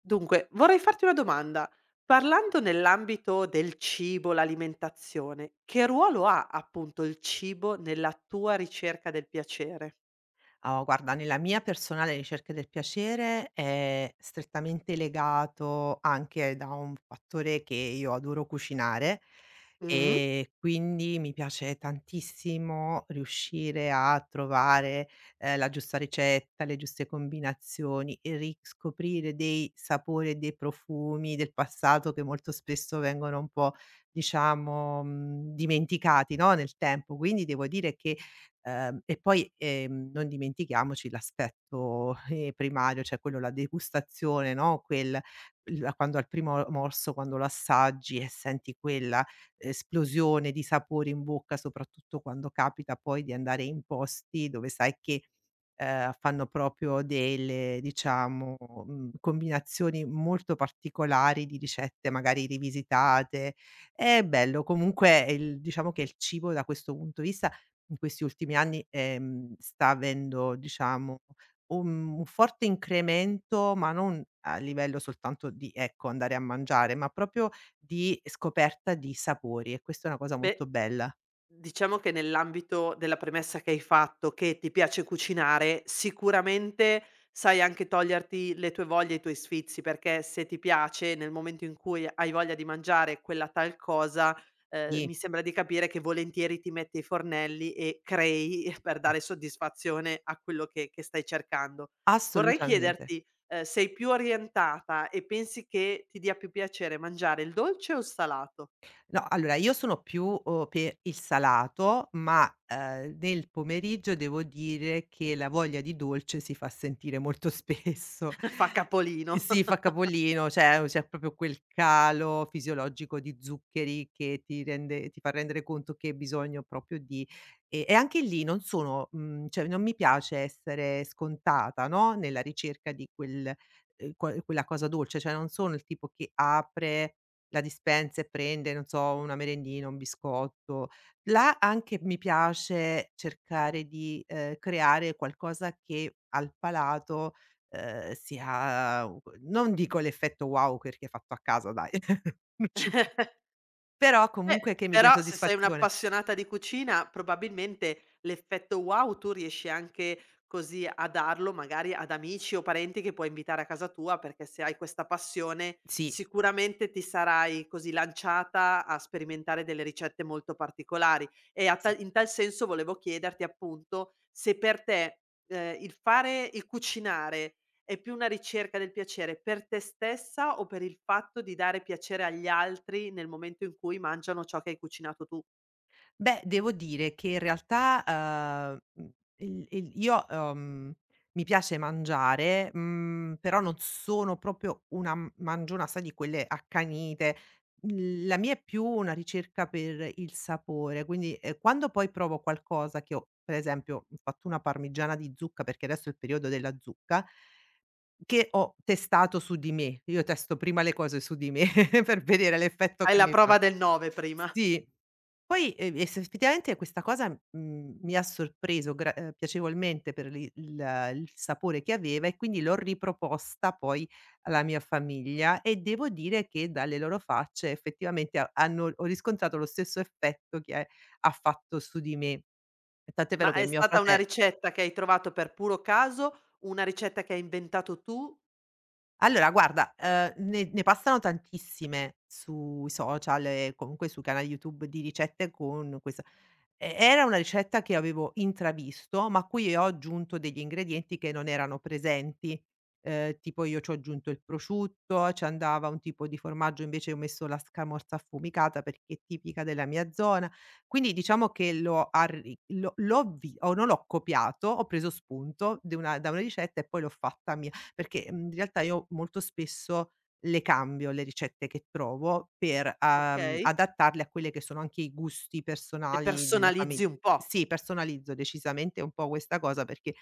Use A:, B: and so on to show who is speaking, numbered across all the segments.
A: Dunque, vorrei farti una domanda. Parlando nell'ambito del cibo, l'alimentazione, che ruolo ha appunto il cibo nella tua ricerca del piacere?
B: Ah, guarda, nella mia personale ricerca del piacere è strettamente legato anche da un fattore che io adoro cucinare
A: Mh.
B: e quindi mi piace tantissimo riuscire a trovare, la giusta ricetta, le giuste combinazioni e riscoprire dei sapori e dei profumi del passato che molto spesso vengono un po' diciamo, dimenticati, no, nel tempo. Quindi devo dire che e poi, non dimentichiamoci l'aspetto, primario, cioè quello la degustazione, no, quel la quando al primo morso, quando lo assaggi e senti quella esplosione di sapore in bocca, soprattutto quando capita poi di andare in posti dove sai che, fanno proprio delle diciamo, combinazioni molto particolari di ricette magari rivisitate. È bello comunque il diciamo che il cibo da questo punto di vista in questi ultimi anni, sta avendo diciamo un forte incremento, ma non a livello soltanto di, ecco, andare a mangiare, ma proprio di scoperta di sapori e questa è una cosa
A: Beh.
B: molto bella.
A: Diciamo che nell'ambito della premessa che hai fatto, che ti piace cucinare, sicuramente sai anche toglierti le tue voglie e i tuoi sfizi, perché se ti piace, nel momento in cui hai voglia di mangiare quella tal cosa,
B: Sì,
A: mi sembra di capire che volentieri ti metti ai fornelli e crei per dare soddisfazione a quello che stai cercando. Vorrei
B: assolutamente.
A: chiederti, sei più orientata e pensi che ti dia più piacere mangiare il dolce o il salato?
B: No, allora io sono più, per il salato, ma, nel pomeriggio devo dire che la voglia di dolce si fa sentire molto spesso.
A: Fa capolino.
B: Sì, fa capolino, cioè c'è proprio quel calo fisiologico di zuccheri che ti rende ti fa rendere conto che hai bisogno proprio di e anche lì non sono cioè non mi piace essere scontata, no, nella ricerca di quel qua quella cosa dolce, cioè non sono il tipo che apre la dispensa e prende, non so, una merendina, un biscotto. Là anche mi piace cercare di, creare qualcosa che al palato, sia u non dico l'effetto wow perché è fatto a casa dai, non ci però comunque
A: Beh,
B: che mi dia
A: però se sei
B: soddisfazione.
A: un'appassionata di cucina probabilmente l'effetto wow tu riesci anche così a darlo magari ad amici o parenti che puoi invitare a casa tua, perché se hai questa passione
B: Sì,
A: sicuramente ti sarai così lanciata a sperimentare delle ricette molto particolari. E a
B: sì.
A: tal senso volevo chiederti appunto se per te, il fare il cucinare è più una ricerca del piacere per te stessa o per il fatto di dare piacere agli altri nel momento in cui mangiano ciò che hai cucinato tu?
B: Beh, devo dire che in realtà, il io, mi piace mangiare, però non sono proprio una m mangiona, sai, di quelle accanite. L la mia è più una ricerca per il sapore, quindi, quando poi provo qualcosa che ho per esempio, ho fatto una parmigiana di zucca, perché adesso è il periodo della zucca, che ho testato su di me. Io testo prima le cose su di me per vedere l'effetto
A: Hai
B: che
A: la
B: mi fa.
A: prova del 9 prima.
B: Sì. Poi, effettivamente questa cosa, mi ha sorpreso gra piacevolmente per l'i il sapore che aveva e quindi l'ho riproposta poi alla mia famiglia e devo dire che dalle loro facce effettivamente ha hanno ho riscontrato lo stesso effetto che ha ha fatto su di me. Tant'è
A: Ma
B: vero
A: è
B: che mio
A: stata una
B: frate
A: ricetta che hai trovato per puro caso, una ricetta che hai inventato tu?
B: allora guarda, ne passano tantissime sui social e comunque sui canali YouTube di ricette con questa E era una ricetta che avevo intravisto, ma a cui ho aggiunto degli ingredienti che non erano presenti. Tipo io c'ho aggiunto il prosciutto, ci andava un tipo di formaggio, invece ho messo la scamorza affumicata perché è tipica della mia zona. Quindi diciamo che l'ho vi o non l'ho copiato, ho preso spunto de una da una ricetta e poi l'ho fatta mia, perché, in realtà io molto spesso le cambio le ricette che trovo per,
A: Okay,
B: adattarle a quelle che sono anche i gusti
A: le
B: personali della famig
A: personalizzi un po'.
B: sì, personalizzo decisamente un po' questa cosa perché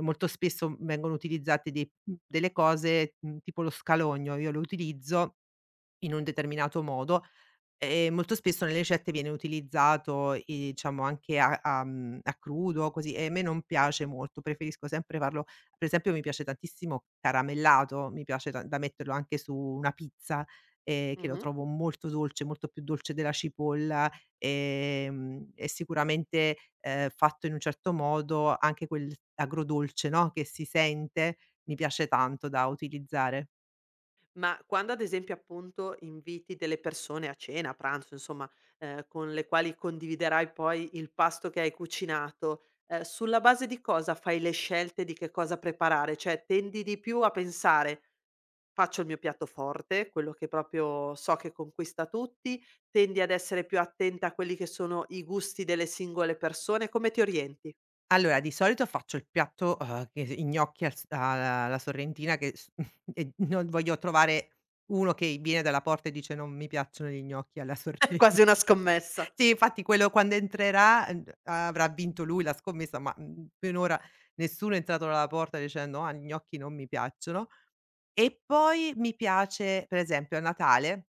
B: molto spesso vengono utilizzate dei delle cose, tipo lo scalogno, io lo utilizzo in un determinato modo. Molto spesso nelle ricette viene utilizzato, i diciamo anche a crudo così, e a me non piace molto, preferisco sempre farlo per esempio mi piace tantissimo caramellato, mi piace da metterlo anche su una pizza, che lo
A: Mh-mh.
B: trovo molto dolce, molto più dolce della cipolla, e è sicuramente, fatto in un certo modo anche quel agrodolce, no, che si sente, mi piace tanto da utilizzare.
A: Ma quando ad esempio appunto inviti delle persone a cena, a pranzo, insomma, con le quali condividerai poi il pasto che hai cucinato, sulla base di cosa fai le scelte di che cosa preparare? Cioè tendi di più a pensare: "Faccio il mio piatto forte, quello che proprio so che conquista tutti", tendi ad essere più attenta a quelli che sono i gusti delle singole persone, come ti orienti?
B: Allora, di solito faccio il piatto, che i gnocchi al s a alla sorrentina che s e non voglio trovare uno che viene dalla porta e dice: "Non mi piacciono gli gnocchi alla sorrenti"
A: Quasi una scommessa.
B: Sì, infatti quello quando entrerà, avrà vinto lui la scommessa, ma, finora nessuno è entrato dalla porta dicendo: "Ah, gli gnocchi non mi piacciono". E poi mi piace, per esempio a Natale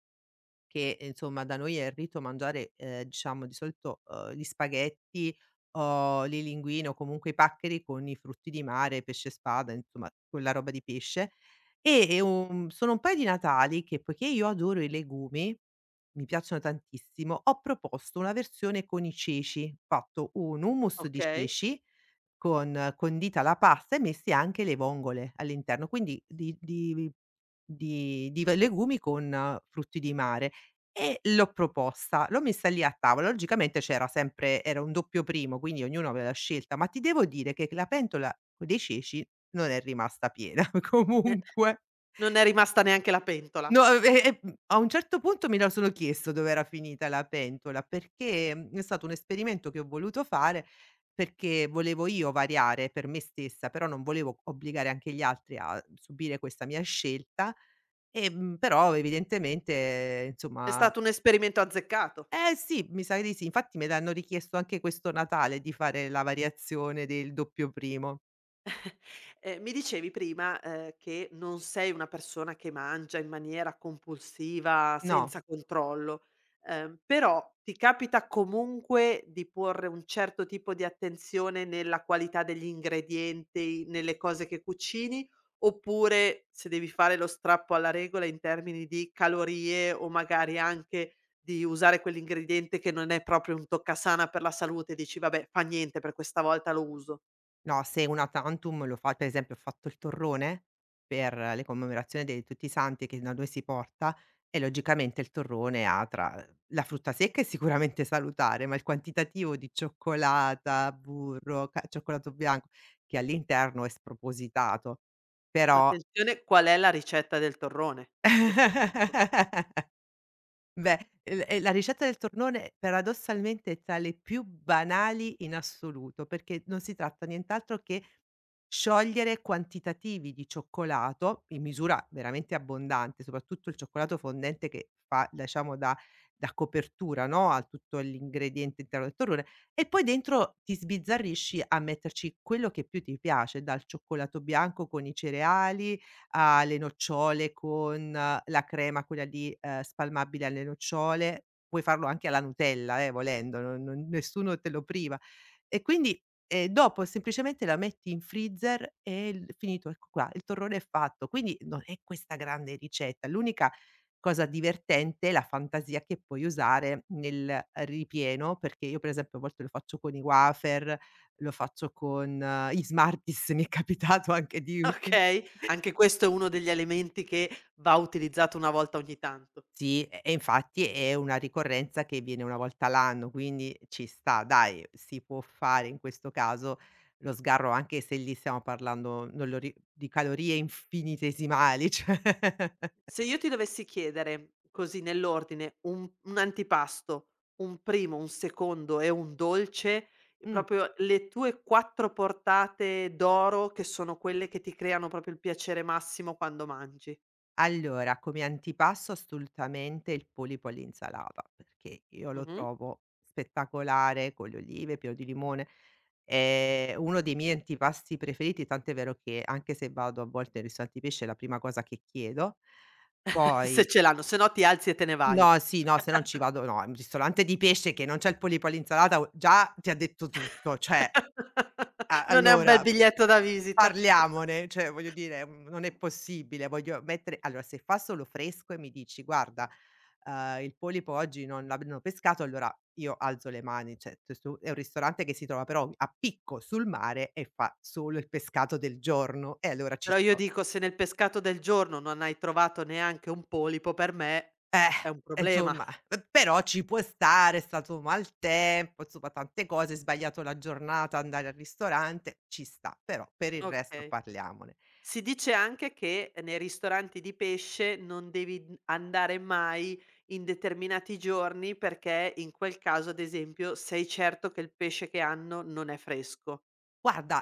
B: che, insomma da noi è il rito mangiare, diciamo di solito, gli spaghetti o le linguine o comunque i paccheri con i frutti di mare, pesce spada, insomma quella roba di pesce. E un sono un paio di Natali che, poiché io adoro i legumi, mi piacciono tantissimo, ho proposto una versione con i ceci, ho fatto un hummus di
A: Okay,
B: ceci con condita la pasta e messi anche le vongole all'interno, quindi di v legumi con frutti di mare e l'ho proposta, l'ho messa lì a tavola. Logicamente c'era sempre era un doppio primo, quindi ognuno aveva la scelta, ma ti devo dire che la pentola co dei ceci non è rimasta piena
A: eh,
B: comunque.
A: non è rimasta neanche la pentola.
B: No, a un certo punto me lo sono chiesto dov'era finita la pentola, perché, è stato un esperimento che ho voluto fare, perché volevo io variare per me stessa, però non volevo obbligare anche gli altri a subire questa mia scelta, però evidentemente
A: È
B: insomma
A: stato un esperimento azzeccato.
B: eh sì, mi sa di sì, infatti me l'hanno richiesto anche questo Natale di fare la variazione del doppio primo.
A: Mi dicevi prima, che non sei una persona che mangia in maniera compulsiva,
B: No.
A: senza controllo, però ti capita comunque di porre un certo tipo di attenzione nella qualità degli ingredienti, nelle cose che cucini, oppure se devi fare lo strappo alla regola in termini di calorie o magari anche di usare quell'ingrediente che non è proprio un toccasana per la salute, dici: "Vabbè, fa niente, per questa volta lo uso"?
B: No, se una tantum lo fa per esempio ho fatto il torrone per le commemorazioni di tutti i santi che da noi si porta e logicamente il torrone ha tra la frutta secca è sicuramente salutare, ma il quantitativo di cioccolata, burro, ca cioccolato bianco che all'interno è spropositato, però
A: Attenzione, qual è la ricetta del torrone, a questo punto.
B: Beh, l la ricetta del tornone paradossalmente è tra le più banali in assoluto, perché non si tratta nient'altro che sciogliere quantitativi di cioccolato, in misura veramente abbondante, soprattutto il cioccolato fondente che fa diciamo da copertura, no, a tutto l'ingrediente interno del torrone, e poi dentro ti sbizzarrisci a metterci quello che più ti piace, dal cioccolato bianco con i cereali alle nocciole con la crema quella lì, spalmabile alle nocciole, puoi farlo anche alla Nutella, volendo, non nessuno te lo priva. E quindi, dopo semplicemente la metti in freezer e il finito, ecco qua, il torrone è fatto. Quindi non è questa grande ricetta, l'unica cosa divertente è la fantasia che puoi usare nel ripieno, perché io per esempio a volte lo faccio con i wafer, lo faccio con gli Smarties, mi è capitato anche di
A: Okay, anche questo è uno degli elementi che va utilizzato una volta ogni tanto.
B: Sì, infatti è una ricorrenza che viene 1 volta l'anno, quindi ci sta dai, si può fare in questo caso lo sgarro, anche se lì stiamo parlando non lo ri di calorie infinitesimali, cioè.
A: Se io ti dovessi chiedere, così nell'ordine, un antipasto, un primo, un secondo e un dolce,
B: Mh.
A: proprio le tue 4 portate d'oro che sono quelle che ti creano proprio il piacere massimo quando mangi.
B: Allora, come antipasto assolutamente il polipo all'insalata, perché io lo
A: Mh-mh.
B: trovo spettacolare con le olive, fior di limone. È uno dei miei antipasti preferiti, tant'è vero che anche se vado a volte nei ristoranti di pesce è la prima cosa che chiedo.
A: Se
B: Poi
A: ce l'hanno, se no ti alzi e te ne vai.
B: no, sì, no, se non ci vado no, in un ristorante di pesce che non c'ha il polipo all'insalata, già ti ha detto tutto, cioè a
A: Non è un bel
B: allora
A: biglietto da visita.
B: parliamone, cioè voglio dire, non è possibile, voglio mettere allora se fa solo fresco e mi dici: "Guarda, il polipo oggi non l'abbiano pescato", allora io alzo le mani, cioè t stu è un ristorante che si trova però a picco sul mare e fa solo il pescato del giorno e allora ci
A: Però io
B: sto.
A: dico se nel pescato del giorno non hai trovato neanche un polipo, per me è
B: Eh,
A: un
B: e
A: problema.
B: insomma, p però ci può stare, è stato maltempo, insomma tante cose, hai sbagliato la giornata, andare al ristorante, ci sta, però per il resto
A: Okay.
B: parliamone.
A: Si dice anche che nei ristoranti di pesce non devi n andare mai in determinati giorni, perché in quel caso, ad esempio, sei certo che il pesce che hanno non è fresco.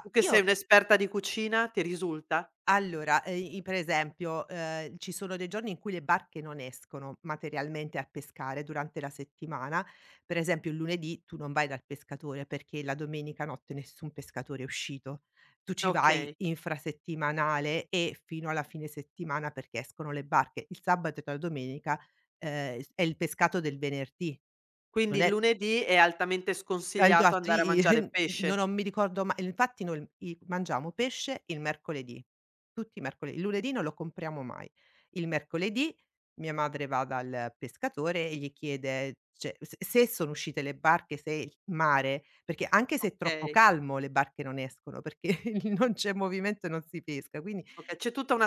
A: Tu che sei
B: io
A: un'esperta di cucina, ti risulta?
B: allora, i per esempio, ci sono dei giorni in cui le barche non escono materialmente a pescare durante la settimana. Per esempio il lunedì tu non vai dal pescatore, perché la domenica notte nessun pescatore è uscito. Tu ci vai
A: Okay.
B: infrasettimanale e fino alla fine settimana perché escono le barche. Il sabato e la domenica, s è il pescato del venerdì.
A: Quindi
B: Non
A: il
B: è
A: lunedì è altamente sconsigliato
B: esatto,
A: andare a
B: i i
A: mangiare
B: no,
A: pesce.
B: non mi ricordo ma infatti noi i mangiamo pesce il mercoledì, tutti i mercoledì. Il lunedì non lo compriamo mai. Il mercoledì mia madre va dal pescatore e gli chiede cioè se sono uscite le barche, se il mare perché anche se è troppo
A: Okay,
B: calmo le barche non escono, perché non c'è movimento e non si pesca, quindi
A: okay, c'è tutta una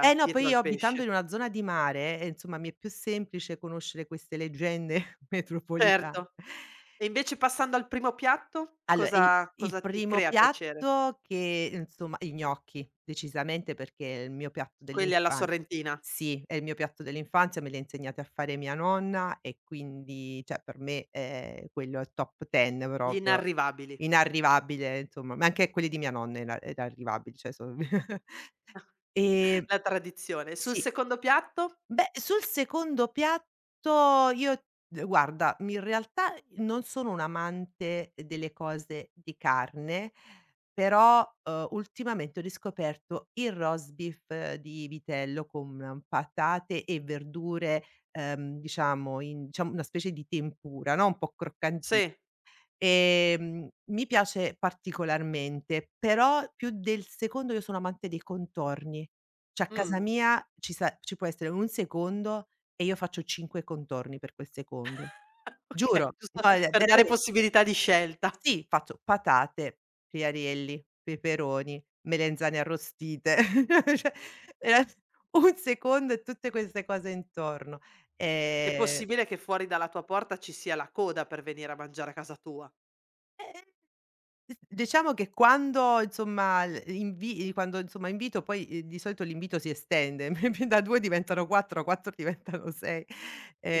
B: eh no,
A: dietro
B: poi
A: al
B: io abitando in
A: pesce.
B: una zona di mare, insomma mi è più semplice conoscere queste leggende metropolitane.
A: Certo. E invece passando al primo piatto,
B: Allora,
A: cosa
B: il
A: cosa ti
B: primo
A: crea piacere?
B: piatto che insomma i gnocchi, decisamente perché è il mio piatto
A: Quelli alla
B: dell'infan
A: sorrentina,
B: sì, è il mio piatto dell'infanzia, me li ha insegnati a fare mia nonna e quindi cioè per me, quello è top 10
A: gli
B: proprio,
A: inarrivabili,
B: inarrivabile insomma, ma anche quelli di mia nonna inarrivabili, cioè so Ehm,
A: la tradizione. Sul
B: sì.
A: secondo piatto?
B: Beh, sul secondo piatto io d guarda, in realtà non sono un'amante delle cose di carne, però, ultimamente ho riscoperto il roast beef di vitello con patate e verdure, diciamo una specie di tempura, no, un po' croccanti.
A: Sì,
B: Mi piace particolarmente, però più del secondo io sono amante dei contorni. Cioè a
A: mh,
B: casa mia ci può essere un secondo e io faccio 5 contorni per quel secondo. Giuro,
A: okay, giusto
B: no, è
A: per dare
B: veramente.
A: possibilità di scelta.
B: Sì, faccio patate, friarielli, peperoni, melanzane arrostite, cioè era un secondo e tutte queste cose intorno.
A: È
B: Ehm,
A: possibile che fuori dalla tua porta ci sia la coda per venire a mangiare a casa tua.
B: eh D diciamo che quando insomma l invi quando insomma invito poi, di solito l'invito si estende, da 2 diventano 4, 4 diventano 6,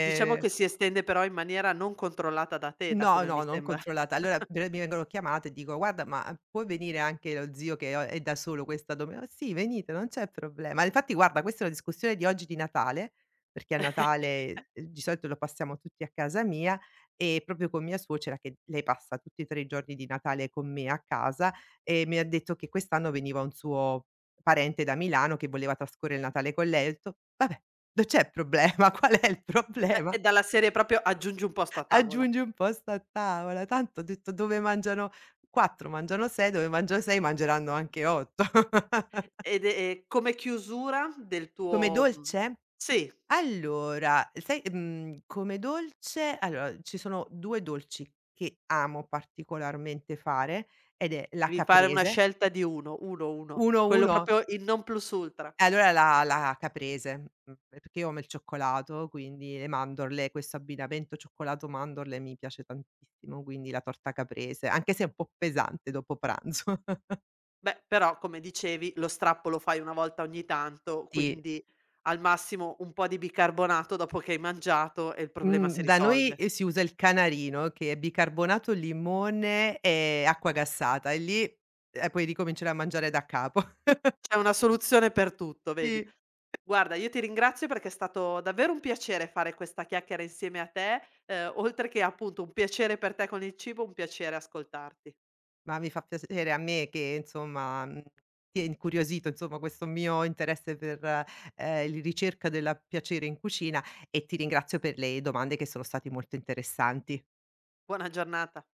A: Diciamo che si estende però in maniera non controllata da te, da
B: No,
A: come mi
B: no, non
A: sembra.
B: controllata. Allora pre mi vengono chiamate e dico: "Guarda, ma ah, può venire anche lo zio che o è da solo questa dome" "Oh sì, venite, non c'è problema". Infatti guarda, questa è una discussione di oggi di Natale, perché a Natale, di solito lo passiamo tutti a casa mia e proprio con mia suocera che lei passa tutti e 3 i giorni di Natale con me a casa e mi ha detto che quest'anno veniva un suo parente da Milano che voleva trascorrere il Natale con lei. Ho detto: "Vabbè, non c'è problema, qual è il
A: È
B: problema?"
A: dalla serie proprio: "Aggiungi un posto a tavola."
B: Aggiungi un posto a tavola, tanto ho detto dove mangiano 4 mangiano 6, dove mangio 6 mangeranno anche 8.
A: Ed è e come chiusura del
B: Come
A: tuo mhmm
B: dolce?
A: sì.
B: Allora, sai, come dolce allora ci sono 2 dolci che amo particolarmente fare ed è la
A: Devi fare una
B: caprese.
A: scelta di 1, 1, 1.
B: 1,
A: Quello
B: 1?
A: proprio il non plus ultra.
B: E allora la caprese, perché io amo il cioccolato, quindi le mandorle, questo abbinamento cioccolato-mandorle mi piace tantissimo, quindi la torta caprese, anche se è un po' pesante dopo pranzo.
A: Beh, però come dicevi lo strappo lo fai una volta ogni tanto,
B: Sì,
A: quindi al massimo un po' di bicarbonato dopo che hai mangiato e il problema
B: mhmm,
A: si
B: da noi,
A: risolve.
B: si usa il canarino che è bicarbonato, limone e acqua gassata e lì, puoi ricominciare a mangiare da capo.
A: C'è una soluzione per tutto, vedi.
B: Sì.
A: Guarda, io ti ringrazio perché è stato davvero un piacere fare questa chiacchiera insieme a te, oltre che appunto un piacere per te con il cibo, un piacere ascoltarti.
B: Ma mi fa piacere a me che insomma, ti è incuriosito insomma questo mio interesse per, il ricerca della piacere in cucina e ti ringrazio per le domande che sono state molto interessanti.
A: Buona giornata.